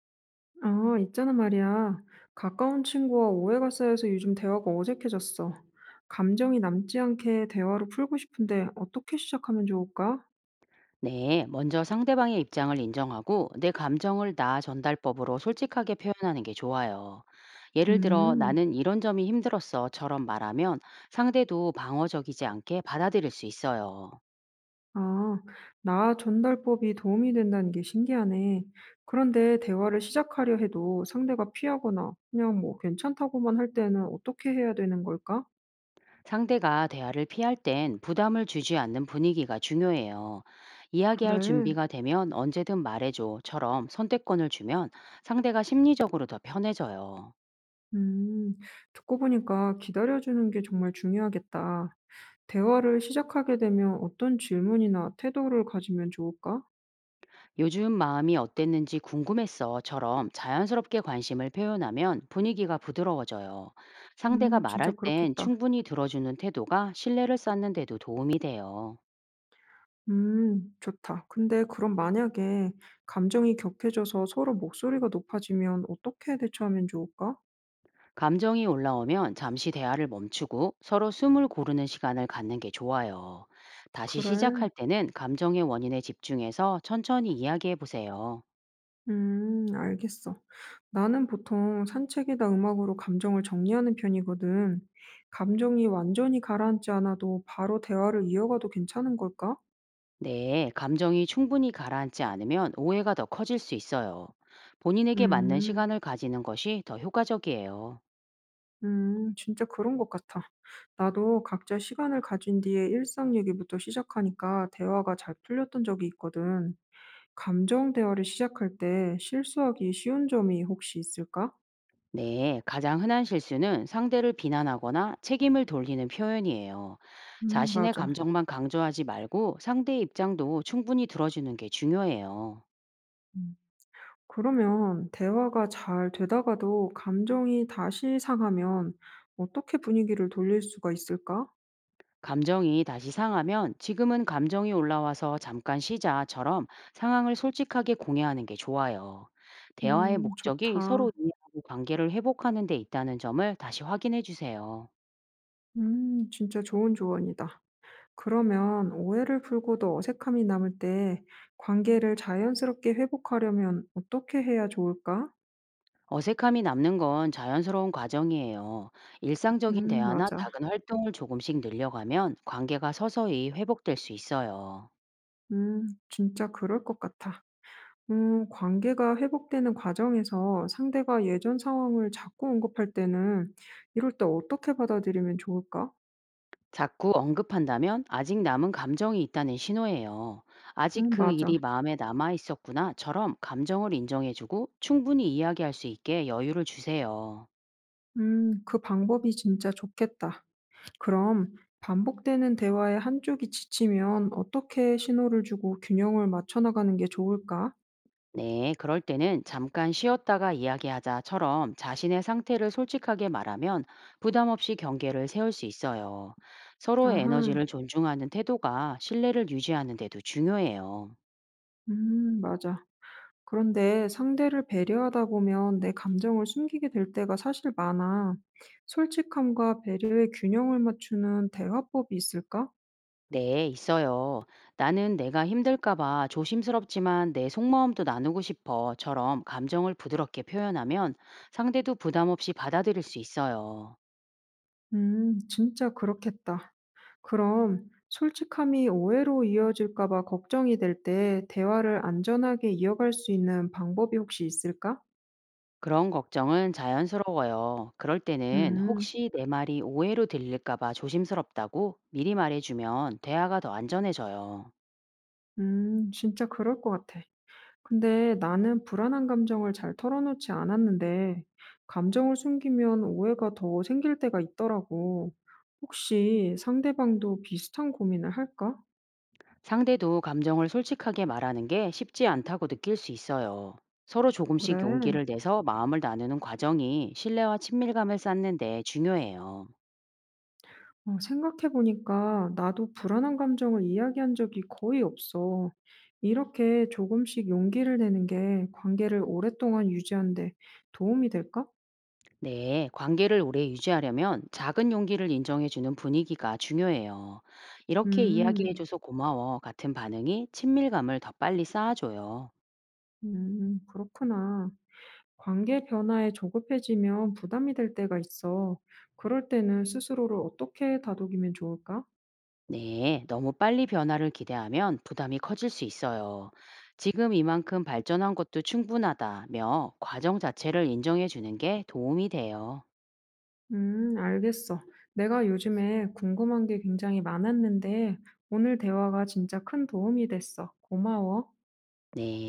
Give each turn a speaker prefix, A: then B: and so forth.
A: 아, 있잖아 말이야. 가까운 친구와 오해가 쌓여서 요즘 대화가 어색해졌어. 감정이 남지 않게 대화를 풀고 싶은데 어떻게 시작하면 좋을까?
B: 네, 먼저 상대방의 입장을 인정하고 내 감정을 나 전달법으로 솔직하게 표현하는 게 좋아요. 예를 들어,
A: 음,
B: 나는 이런 점이 힘들었어처럼 말하면 상대도 방어적이지 않게 받아들일 수 있어요.
A: 아, 나 전달법이 도움이 된다는 게 신기하네. 그런데 대화를 시작하려 해도 상대가 피하거나 그냥 뭐 괜찮다고만 할 때는 어떻게 해야 되는 걸까?
B: 상대가 대화를 피할 땐 부담을 주지 않는 분위기가 중요해요. 이야기할
A: 그래.
B: 준비가 되면 언제든 말해줘처럼 선택권을 주면 상대가 심리적으로 더 편해져요.
A: 음, 듣고 보니까 기다려주는 게 정말 중요하겠다. 대화를 시작하게 되면 어떤 질문이나 태도를 가지면 좋을까?
B: 요즘 마음이 어땠는지 궁금했어처럼 자연스럽게 관심을 표현하면 분위기가 부드러워져요. 상대가 말할
A: 진짜
B: 땐
A: 그렇겠다.
B: 충분히 들어주는 태도가 신뢰를 쌓는 데도 도움이 돼요.
A: 좋다. 근데 그럼 만약에 감정이 격해져서 서로 목소리가 높아지면 어떻게 대처하면 좋을까?
B: 감정이 올라오면 잠시 대화를 멈추고 서로 숨을 고르는 시간을 갖는 게 좋아요. 다시
A: 그래.
B: 시작할 때는 감정의 원인에 집중해서 천천히 이야기해 보세요.
A: 알겠어. 나는 보통 산책이나 음악으로 감정을 정리하는 편이거든. 감정이 완전히 가라앉지 않아도 바로 대화를 이어가도 괜찮은 걸까?
B: 네, 감정이 충분히 가라앉지 않으면 오해가 더 커질 수 있어요. 본인에게 맞는
A: 음.
B: 시간을 가지는 것이 더 효과적이에요.
A: 진짜 그런 것 같아. 나도 각자 시간을 가진 뒤에 일상 얘기부터 시작하니까 대화가 잘 풀렸던 적이 있거든. 감정 대화를 시작할 때 실수하기 쉬운 점이 혹시 있을까?
B: 네, 가장 흔한 실수는 상대를 비난하거나 책임을 돌리는 표현이에요. 자신의
A: 맞아.
B: 감정만 강조하지 말고 상대의 입장도 충분히 들어주는 게 중요해요.
A: 음. 그러면 대화가 잘 되다가도 감정이 다시 상하면 어떻게 분위기를 돌릴 수가 있을까?
B: 감정이 다시 상하면 지금은 감정이 올라와서 잠깐 쉬자처럼 상황을 솔직하게 공유하는 게 좋아요. 대화의 목적이 서로
A: 좋다.
B: 이해하고 관계를 회복하는 데 있다는 점을 다시 확인해 주세요.
A: 진짜 좋은 조언이다. 그러면 오해를 풀고도 어색함이 남을 때 관계를 자연스럽게 회복하려면 어떻게 해야 좋을까?
B: 어색함이 남는 건 자연스러운 과정이에요. 일상적인 대화나
A: 맞아.
B: 작은 활동을 조금씩 늘려가면 관계가 서서히 회복될 수 있어요.
A: 진짜 그럴 것 같아. 관계가 회복되는 과정에서 상대가 예전 상황을 자꾸 언급할 때는 이럴 때 어떻게 받아들이면 좋을까?
B: 자꾸 언급한다면 아직 남은 감정이 있다는 신호예요. 아직 그
A: 맞아.
B: 일이 마음에 남아 있었구나처럼 감정을 인정해주고 충분히 이야기할 수 있게 여유를 주세요.
A: 그 방법이 진짜 좋겠다. 그럼 반복되는 대화에 한쪽이 지치면 어떻게 신호를 주고 균형을 맞춰 나가는 게 좋을까?
B: 네, 그럴 때는 잠깐 쉬었다가 이야기하자처럼 자신의 상태를 솔직하게 말하면 부담 없이 경계를 세울 수 있어요. 서로의
A: 아하.
B: 에너지를 존중하는 태도가 신뢰를 유지하는 데도 중요해요.
A: 맞아. 그런데 상대를 배려하다 보면 내 감정을 숨기게 될 때가 사실 많아. 솔직함과 배려의 균형을 맞추는 대화법이 있을까?
B: 네, 있어요. 나는 내가 힘들까봐 조심스럽지만 내 속마음도 나누고 싶어처럼 감정을 부드럽게 표현하면 상대도 부담 없이 받아들일 수 있어요.
A: 진짜 그렇겠다. 그럼 솔직함이 오해로 이어질까 봐 걱정이 될 때 대화를 안전하게 이어갈 수 있는 방법이 혹시 있을까?
B: 그런 걱정은 자연스러워요. 그럴 때는
A: 음,
B: 혹시 내 말이 오해로 들릴까봐 조심스럽다고 미리 말해주면 대화가 더 안전해져요.
A: 진짜 그럴 것 같아. 근데 나는 불안한 감정을 잘 털어놓지 않았는데, 감정을 숨기면 오해가 더 생길 때가 있더라고. 혹시 상대방도 비슷한 고민을 할까?
B: 상대도 감정을 솔직하게 말하는 게 쉽지 않다고 느낄 수 있어요. 서로 조금씩
A: 그래.
B: 용기를 내서 마음을 나누는 과정이 신뢰와 친밀감을 쌓는 데 중요해요.
A: 어, 생각해보니까 나도 불안한 감정을 이야기한 적이 거의 없어. 이렇게 조금씩 용기를 내는 게 관계를 오랫동안 유지하는 데 도움이 될까?
B: 네, 관계를 오래 유지하려면 작은 용기를 인정해주는 분위기가 중요해요. 이렇게
A: 음,
B: 이야기해줘서 고마워 같은 반응이 친밀감을 더 빨리 쌓아줘요.
A: 음, 그렇구나. 관계 변화에 조급해지면 부담이 될 때가 있어. 그럴 때는 스스로를 어떻게 다독이면 좋을까?
B: 네, 너무 빨리 변화를 기대하면 부담이 커질 수 있어요. 지금 이만큼 발전한 것도 충분하다며 과정 자체를 인정해 주는 게 도움이 돼요.
A: 알겠어. 내가 요즘에 궁금한 게 굉장히 많았는데, 오늘 대화가 진짜 큰 도움이 됐어. 고마워.
B: 네.